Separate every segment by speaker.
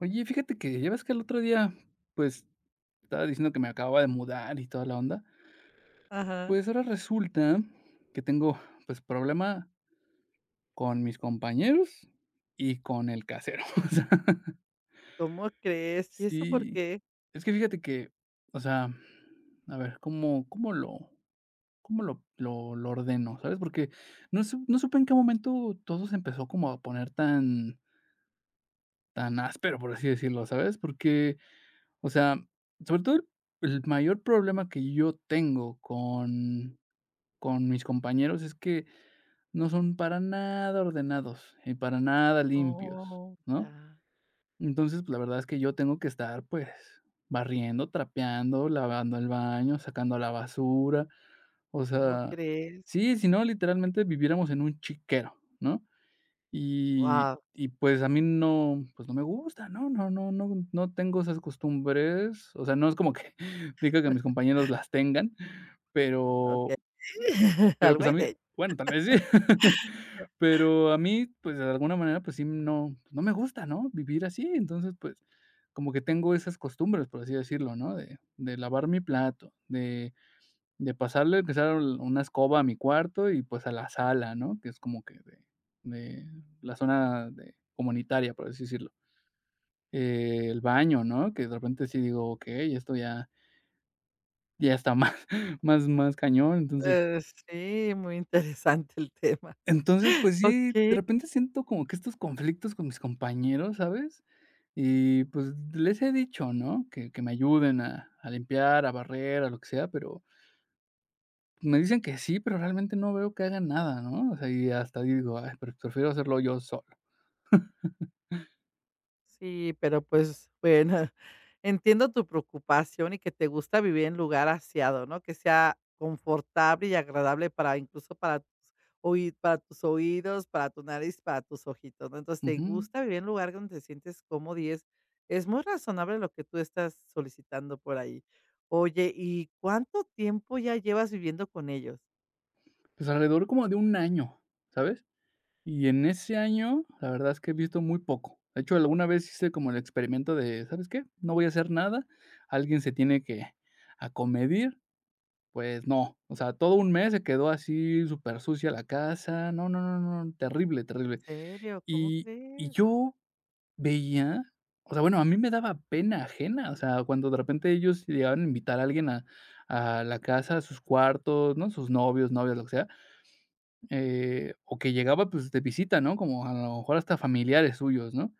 Speaker 1: Oye, fíjate que ya ves que el otro día, pues, estaba diciendo que me acababa de mudar y toda la onda.
Speaker 2: Ajá.
Speaker 1: Pues ahora resulta que tengo, pues, problema con mis compañeros y con el casero. O sea,
Speaker 2: ¿Cómo crees? ¿Y eso por
Speaker 1: sí.
Speaker 2: qué?
Speaker 1: Es que fíjate que, o sea, a ver, ¿cómo lo ordeno? ¿Sabes? Porque no, no supe en qué momento todo se empezó como a poner tan áspero, por así decirlo, ¿sabes? Porque O sea, sobre todo el mayor problema que yo tengo con mis compañeros es que no son para nada ordenados y para nada limpios,
Speaker 2: Oh,
Speaker 1: ¿no?
Speaker 2: ya.
Speaker 1: Entonces, pues, la verdad es que yo tengo que estar, pues, barriendo, trapeando, lavando el baño, sacando la basura. O
Speaker 2: ¿Cómo
Speaker 1: sea,
Speaker 2: crees?
Speaker 1: sí, si no, literalmente viviéramos en un chiquero, ¿no? Y
Speaker 2: Wow,
Speaker 1: y pues a mí no, pues no me gusta, no, no, no, no, no tengo esas costumbres. O sea, no es como que diga que mis compañeros las tengan, pero
Speaker 2: okey.
Speaker 1: pero
Speaker 2: Algo
Speaker 1: pues a
Speaker 2: hay
Speaker 1: mí,
Speaker 2: de ello.
Speaker 1: bueno, tal vez sí. Pero a mí, pues de alguna manera, pues sí, no me gusta, ¿no?, vivir así. Entonces, pues, como que tengo esas costumbres, por así decirlo, ¿no?, de lavar mi plato, de pasarle, aunque sea una escoba a mi cuarto y, pues, a la sala, ¿no? Que es como que de la zona de comunitaria, por así decirlo. El baño, ¿no? Que de repente sí digo: "Okey, esto ya está más más cañón". Entonces
Speaker 2: Eh, sí, muy interesante el tema.
Speaker 1: entonces, pues sí, de
Speaker 2: Okey.
Speaker 1: repente siento como que estos conflictos con mis compañeros, ¿sabes? Y, pues, les he dicho, ¿no? Que me ayuden a limpiar, a barrer, a lo que sea. Pero me dicen que sí, pero realmente no veo que hagan nada, ¿no? O sea, y hasta digo: "Ay, prefiero hacerlo yo solo".
Speaker 2: Sí, pero pues, bueno, entiendo tu preocupación y que te gusta vivir en lugar aseado, ¿no? Que sea confortable y agradable para incluso para tus oí para tus oídos, para tu nariz, para tus ojitos, ¿no? Entonces, te
Speaker 1: Ujú.
Speaker 2: gusta vivir en lugar donde te sientes cómodo y es muy razonable lo que tú estás solicitando por ahí. Oye, ¿y cuánto tiempo ya llevas viviendo con ellos?
Speaker 1: Pues alrededor como de un año, ¿sabes? Y en ese año, la verdad es que he visto muy poco. De hecho, alguna vez hice como el experimento de, ¿sabes qué? No voy a hacer nada, alguien se tiene que acomedir. Pues no. O sea, todo un mes se quedó así súper sucia la casa. No, no, no, no, no, terrible,
Speaker 2: ¿En
Speaker 1: terrible.
Speaker 2: serio? ¿Cómo
Speaker 1: Y y
Speaker 2: crees?
Speaker 1: yo veía, o sea, bueno, a mí me daba pena ajena. O sea, cuando de repente ellos llegaban a invitar a alguien a la casa, a sus cuartos, ¿no? Sus novios, novias, lo que sea. O que llegaba, pues, de visita, ¿no? Como a lo mejor hasta familiares suyos, ¿no?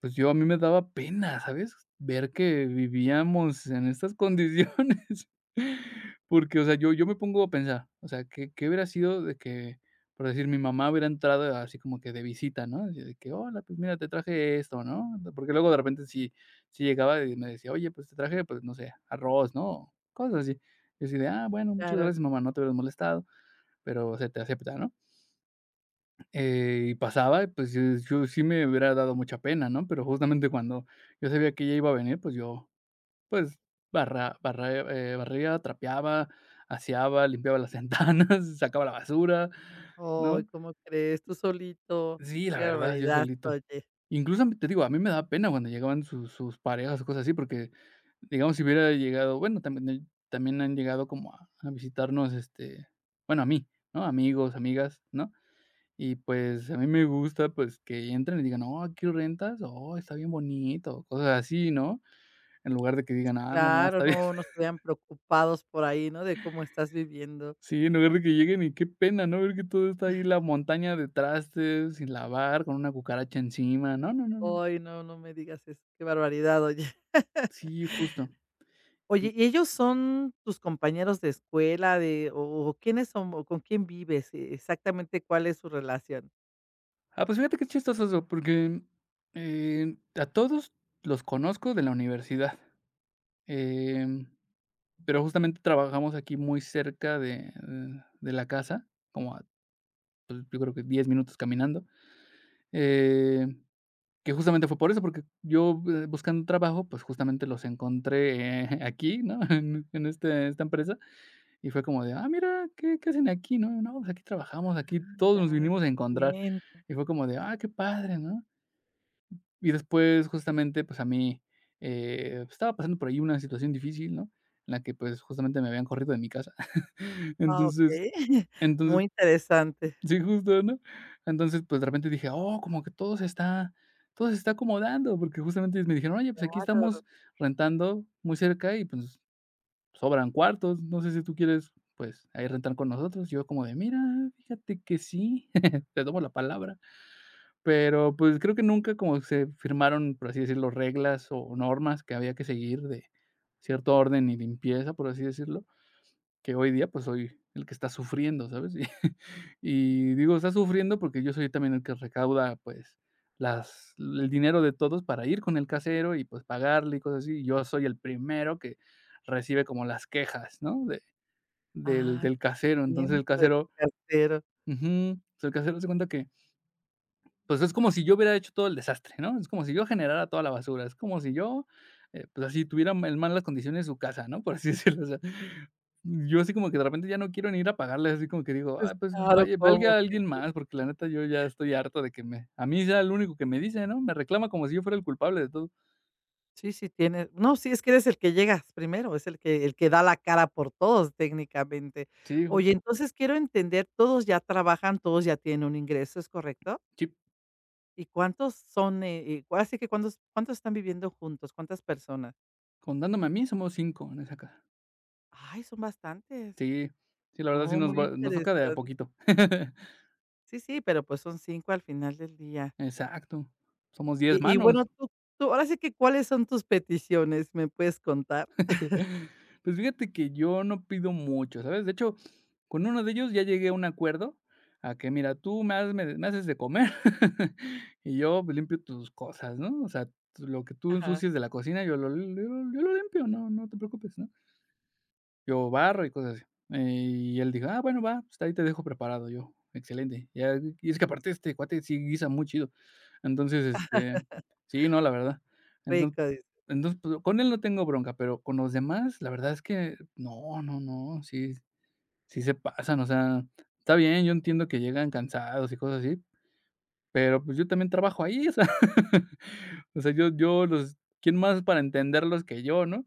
Speaker 1: Pues yo, a mí me daba pena, ¿sabes? Ver que vivíamos en estas condiciones. Porque, o sea, yo me pongo a pensar, o sea, ¿qué hubiera sido de que, por decir, mi mamá hubiera entrado así como que de visita, ¿no? Así de que: "Hola, pues mira, te traje esto", ¿no? Porque luego de repente si llegaba y me decía: "Oye, pues te traje, pues, no sé, arroz", ¿no? Cosas así. Yo así de: "Ah,
Speaker 2: Sí,
Speaker 1: bueno, muchas
Speaker 2: claro.
Speaker 1: gracias, mamá, no te hubieras molestado", pero se te acepta, ¿no? Y pasaba, pues, yo sí me hubiera dado mucha pena, ¿no? Pero justamente cuando yo sabía que ella iba a venir, pues, yo, pues, barra barra barría, trapeaba, aseaba, limpiaba las ventanas, sacaba la basura,
Speaker 2: Ay,
Speaker 1: ¿no?
Speaker 2: ¿cómo crees? Tú solito.
Speaker 1: Sí, la
Speaker 2: Qué
Speaker 1: verdad, yo
Speaker 2: barbaridad,
Speaker 1: solito.
Speaker 2: oye.
Speaker 1: Incluso, te digo, a mí me da pena cuando llegaban sus parejas o cosas así. Porque, digamos, si hubiera llegado, bueno, también han llegado como a visitarnos, bueno, a mí, ¿no? Amigos, amigas, ¿no? Y, pues, a mí me gusta, pues, que entren y digan: "Oh, ¿aquí rentas? Oh, está bien bonito", cosas así, ¿no? En lugar de que digan:
Speaker 2: Sí,
Speaker 1: "Ah, no más,
Speaker 2: claro,
Speaker 1: está bien".
Speaker 2: no, no estarían preocupados por ahí, ¿no? De cómo estás viviendo.
Speaker 1: Sí, en lugar de que lleguen y qué pena, ¿no? Ver que todo está ahí, la montaña de trastes sin lavar, con una cucaracha encima. No, no, no, no.
Speaker 2: Ay, no, no me digas eso. Qué barbaridad, oye.
Speaker 1: Sí, justo.
Speaker 2: Oye,
Speaker 1: Y
Speaker 2: ¿y ellos son tus compañeros de escuela de o quiénes son o con quién vives? Exactamente, ¿cuál es su relación?
Speaker 1: pues, fíjate qué chistoso eso. Porque, a todos los conozco de la universidad, em, pero justamente trabajamos aquí muy cerca de la casa, como a yo creo que 10 minutos caminando. Eh, que justamente fue por eso, porque yo, buscando trabajo, pues, justamente los encontré, aquí, ¿no? En esta empresa, y fue como de: "Ah, mira, ¿qué hacen aquí?". "No, no, pues, aquí
Speaker 2: Ah,
Speaker 1: trabajamos, aquí todos
Speaker 2: ya,
Speaker 1: nos vinimos a
Speaker 2: ya
Speaker 1: encontrar".
Speaker 2: entiendo.
Speaker 1: Y fue como de: "Ah, qué padre", ¿no? Y después, justamente, pues, a mí, estaba pasando por ahí una situación difícil, ¿no? En la que, pues, justamente me habían corrido de mi casa.
Speaker 2: Ah,
Speaker 1: Entonces
Speaker 2: okey.
Speaker 1: entonces
Speaker 2: Muy interesante.
Speaker 1: Sí, justo, ¿no? Entonces, pues, de repente dije: "Oh, como que todo se está acomodando", porque justamente me dijeron: "Oye, pues, aquí
Speaker 2: Claro.
Speaker 1: estamos rentando muy cerca y, pues, sobran cuartos, no sé si tú quieres, pues, ahí rentar con nosotros". Yo como de: "Mira, fíjate que sí, te tomo la palabra". Pero, pues, creo que nunca como se firmaron, por así decirlo, reglas o normas que había que seguir de cierto orden y limpieza, por así decirlo, que hoy día, pues, soy el que está sufriendo, ¿sabes? Y y digo, está sufriendo porque yo soy también el que recauda, pues, las el dinero de todos para ir con el casero y, pues, pagarle y cosas así. Yo soy el primero que recibe como las quejas, ¿no? De del
Speaker 2: Ah,
Speaker 1: del casero.
Speaker 2: ya
Speaker 1: Entonces, el
Speaker 2: entiendo de tu
Speaker 1: casero,
Speaker 2: cartero.
Speaker 1: ujú, o sea, el casero se cuenta que, pues, es como si yo hubiera hecho todo el desastre, ¿no? Es como si yo generara toda la basura, es como si yo, pues, así tuviera en malas condiciones su casa, ¿no? Por así decirlo. O sea, yo así como que de repente ya no quiero ni ir a pagarle, así como que digo:
Speaker 2: Pues
Speaker 1: "Ay, pues
Speaker 2: claro,
Speaker 1: vaya
Speaker 2: ¿cómo?
Speaker 1: valga alguien más", porque la neta yo ya estoy harto de que me a mí sea el único que me dice, ¿no? Me reclama como si yo fuera el culpable de todo.
Speaker 2: Sí, sí tienes no, sí, es que eres el que llegas primero, es el que da la cara por todos técnicamente.
Speaker 1: Sí, jus
Speaker 2: Oye, entonces quiero entender, todos ya trabajan, todos ya tienen un ingreso, ¿es correcto?
Speaker 1: sí,
Speaker 2: ¿Y cuántos son, ahora sí que cuántos están viviendo juntos? ¿Cuántas personas?
Speaker 1: contándome a mí somos 5 en esa casa.
Speaker 2: Ay, son bastantes.
Speaker 1: Sí, sí, la verdad sí
Speaker 2: Oh,
Speaker 1: nos
Speaker 2: muy
Speaker 1: va nos toca de a
Speaker 2: interesante.
Speaker 1: poquito.
Speaker 2: Sí, sí, pero, pues, son 5 al final del día.
Speaker 1: Exacto, somos 10
Speaker 2: Y bueno,
Speaker 1: manos.
Speaker 2: tú ahora sí que, ¿cuáles son tus peticiones? ¿Me puedes contar?
Speaker 1: Pues fíjate que yo no pido mucho, ¿sabes? De hecho, con uno de ellos ya llegué a un acuerdo a que: "Mira, tú me haz me me haces de comer y yo, pues, limpio tus cosas", ¿no? O sea, lo que tú
Speaker 2: Ajá,
Speaker 1: ensucies de la cocina, yo lo limpio, no te preocupes, ¿no? Yo barro y cosas así. Y él dijo: "Ah, bueno, va, pues ahí te dejo preparado". Yo: "Excelente". Ya, y es que aparte este cuate sí guisa muy chido. Entonces, sí, no, la verdad. Enton
Speaker 2: rico, dices.
Speaker 1: entonces, pues, con él no tengo bronca, pero con los demás, la verdad es que no, no, no, sí se pasan. O sea, está bien, yo entiendo que llegan cansados y cosas así, pero, pues, yo también trabajo ahí, o sea o sea, yo los, ¿quién más para entenderlos que yo, no?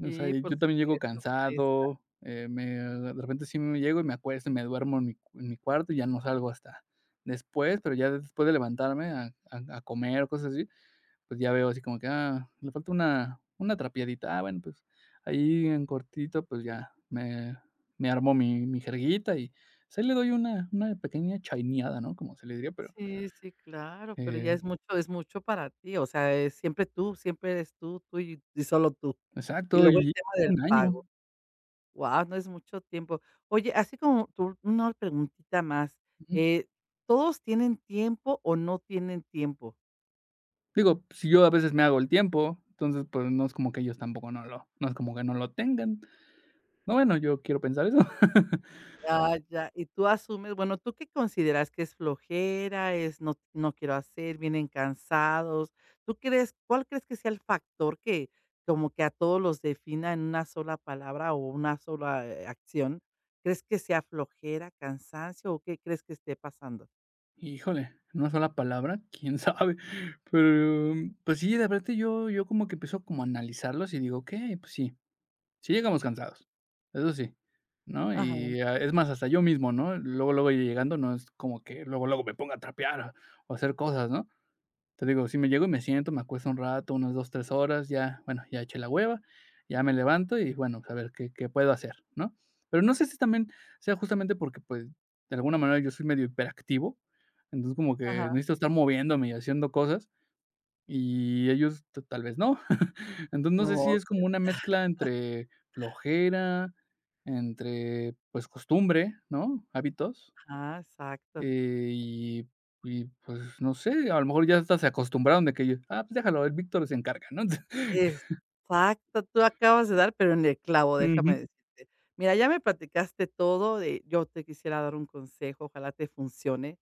Speaker 1: O sea,
Speaker 2: por
Speaker 1: yo también llego
Speaker 2: supuesto, pues.
Speaker 1: cansado. Me De repente sí me llego y me acuesto y me duermo en en mi cuarto y ya no salgo hasta después. Pero ya después de levantarme a comer o cosas así, pues ya veo así como que, ah, le falta una trapeadita. Ah, bueno, pues ahí en cortito, pues ya me armo mi jerguita y se le doy una pequeña chaineada, ¿no? Como se le diría. Pero,
Speaker 2: Sí, sí, claro, pero ya
Speaker 1: eh
Speaker 2: es mucho para ti, o sea, es siempre tú, siempre eres tú, y solo tú. Y
Speaker 1: exacto,
Speaker 2: luego el
Speaker 1: y
Speaker 2: tema del
Speaker 1: un año.
Speaker 2: pago. Guau, no es mucho tiempo. Oye, así como tú, una preguntita más, eh, ¿todos tienen tiempo o no tienen tiempo?
Speaker 1: Digo, si yo a veces me hago el tiempo, entonces, pues, no es como que ellos tampoco no es como que no lo tengan. No, bueno, yo quiero pensar eso.
Speaker 2: Ah, ya. Y tú asumes, bueno, ¿tú qué consideras que es flojera, es no quiero hacer, vienen cansados? ¿Tú crees cuál crees que sea el factor que como que a todos los defina en una sola palabra o una sola, acción? ¿Crees que sea flojera, cansancio o qué crees que esté pasando?
Speaker 1: Híjole, en una sola palabra, quién sabe. Pero, pues sí, de repente yo como que empiezo como a analizarlos y digo: "Okey, pues sí, sí llegamos cansados, eso sí", ¿no?
Speaker 2: Ajá,
Speaker 1: Y, es más, hasta yo mismo, ¿no? Luego, luego yo llegando no es como que luego, luego me ponga a trapear o hacer cosas, ¿no? Te digo, si me llego y me siento, me acuesto un rato, unas 2 3 horas. Ya, bueno, ya eché la hueva, ya me levanto y, bueno, pues, a ver qué puedo hacer, ¿no? Pero no sé si también sea justamente porque, pues, de alguna manera yo soy medio hiperactivo, entonces como
Speaker 2: ajá.
Speaker 1: que necesito estar moviéndome y haciendo cosas, y ellos t tal vez no. Entonces, no sé si
Speaker 2: No,
Speaker 1: es como una mezcla entre flojera, entre, pues, costumbre, ¿no? Hábitos.
Speaker 2: ajá, exacto.
Speaker 1: Eh, y y pues, no sé, a lo mejor ya hasta se acostumbraron de que yo: "Ah, pues déjalo, el Víctor se encarga", ¿no?
Speaker 2: Exacto, tú acabas de dar, pero en el clavo, déjame
Speaker 1: Ujú.
Speaker 2: decirte. Mira, ya me platicaste todo, de yo te quisiera dar un consejo, ojalá te funcione.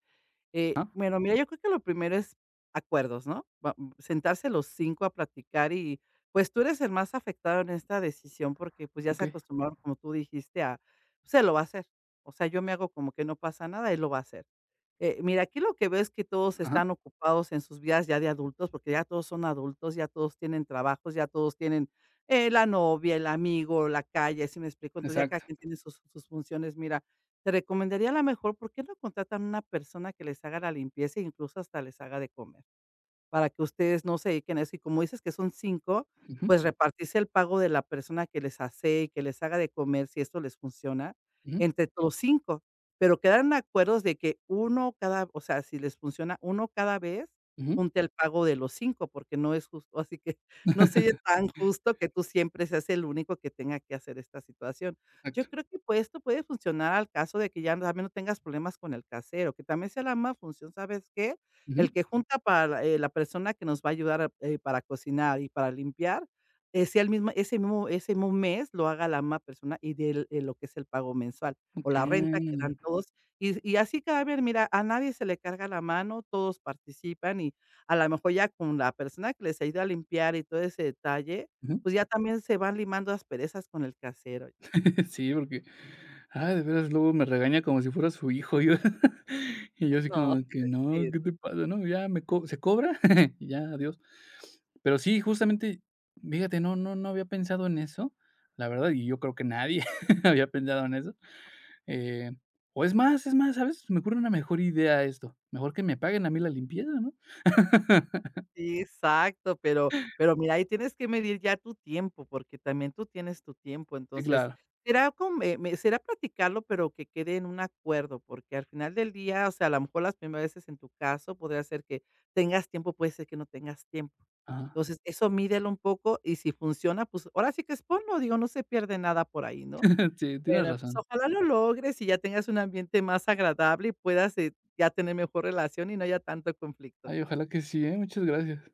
Speaker 2: Bueno, mira, yo creo que lo primero es acuerdos, ¿no? Sentarse los cinco a platicar y pues tú eres el más afectado en esta decisión porque pues ya se
Speaker 1: Okey.
Speaker 2: acostumbraron, como tú dijiste, a, pues, se lo va a hacer. O sea, yo me hago como que no pasa nada, él lo va a hacer. Mira, aquí lo que veo es que todos
Speaker 1: Ajá,
Speaker 2: están ocupados en sus vidas ya de adultos, porque ya todos son adultos, ya todos tienen trabajos, ya todos tienen la novia, el amigo, la calle, si me explico. Entonces ya cada
Speaker 1: exacto.
Speaker 2: quien tiene sus funciones. Mira, te recomendaría a la mejor, ¿por qué no contratan una persona que les haga la limpieza e incluso hasta les haga de comer? Para que ustedes no se dediquen a eso, y como dices que son cinco,
Speaker 1: Ujú,
Speaker 2: pues repartirse el pago de la persona que les hace y que les haga de comer, si esto les funciona,
Speaker 1: ujú,
Speaker 2: entre los 5, pero quedaron acuerdos de que uno cada o sea, si les funciona, uno cada vez
Speaker 1: ujú.
Speaker 2: junte el pago de los 5 porque no es justo, así que no sería tan justo que tú siempre seas el único que tenga que hacer esta situación. Yo
Speaker 1: Exacto.
Speaker 2: creo que, pues, esto puede funcionar al caso de que ya también no tengas problemas con el casero, que también sea la más función, ¿sabes qué?
Speaker 1: Ujú.
Speaker 2: El que junta para la la persona que nos va a ayudar a, para cocinar y para limpiar, sea el mismo ese mismo mes lo haga la misma persona y de lo que es el pago mensual o la renta
Speaker 1: Okey.
Speaker 2: que dan todos. Y así cada vez, mira, a nadie se le carga la mano, todos participan y a lo mejor ya con la persona que les ayuda a limpiar y todo ese detalle,
Speaker 1: Ujú.
Speaker 2: pues ya también se van limando las perezas con el casero.
Speaker 1: Sí, porque, de veras, luego me regaña como si fuera su hijo. Yo y yo así
Speaker 2: No.
Speaker 1: como que: "No,
Speaker 2: Sí,
Speaker 1: ¿qué te pasa?", ¿no? Ya me co se cobra y ya, adiós. Pero sí, justamente, fíjate, no, no, no había pensado en eso, la verdad, y yo creo que nadie había pensado en eso. eh, o es más, ¿sabes? Se me ocurre una mejor idea, esto, mejor que me paguen a mí la limpieza, ¿no?
Speaker 2: sí, exacto, pero mira, ahí tienes que medir ya tu tiempo, porque también tú tienes tu tiempo.
Speaker 1: Sí,
Speaker 2: Entonces,
Speaker 1: claro,
Speaker 2: será con me me será platicarlo, pero que quede en un acuerdo, porque al final del día, o sea, a lo mejor las primeras veces en tu caso podría ser que tengas tiempo, puede ser que no tengas tiempo.
Speaker 1: ajá.
Speaker 2: Entonces, eso mídelo un poco y si funciona, pues ahora sí que exponlo, digo, no se pierde nada por ahí, ¿no?
Speaker 1: Sí, tienes
Speaker 2: Bueno, pues
Speaker 1: razón.
Speaker 2: ojalá lo logres y ya tengas un ambiente más agradable y puedas, ya tener mejor relación y no haya tanto conflicto.
Speaker 1: Ay, ojalá que sí, ¿eh? Muchas gracias.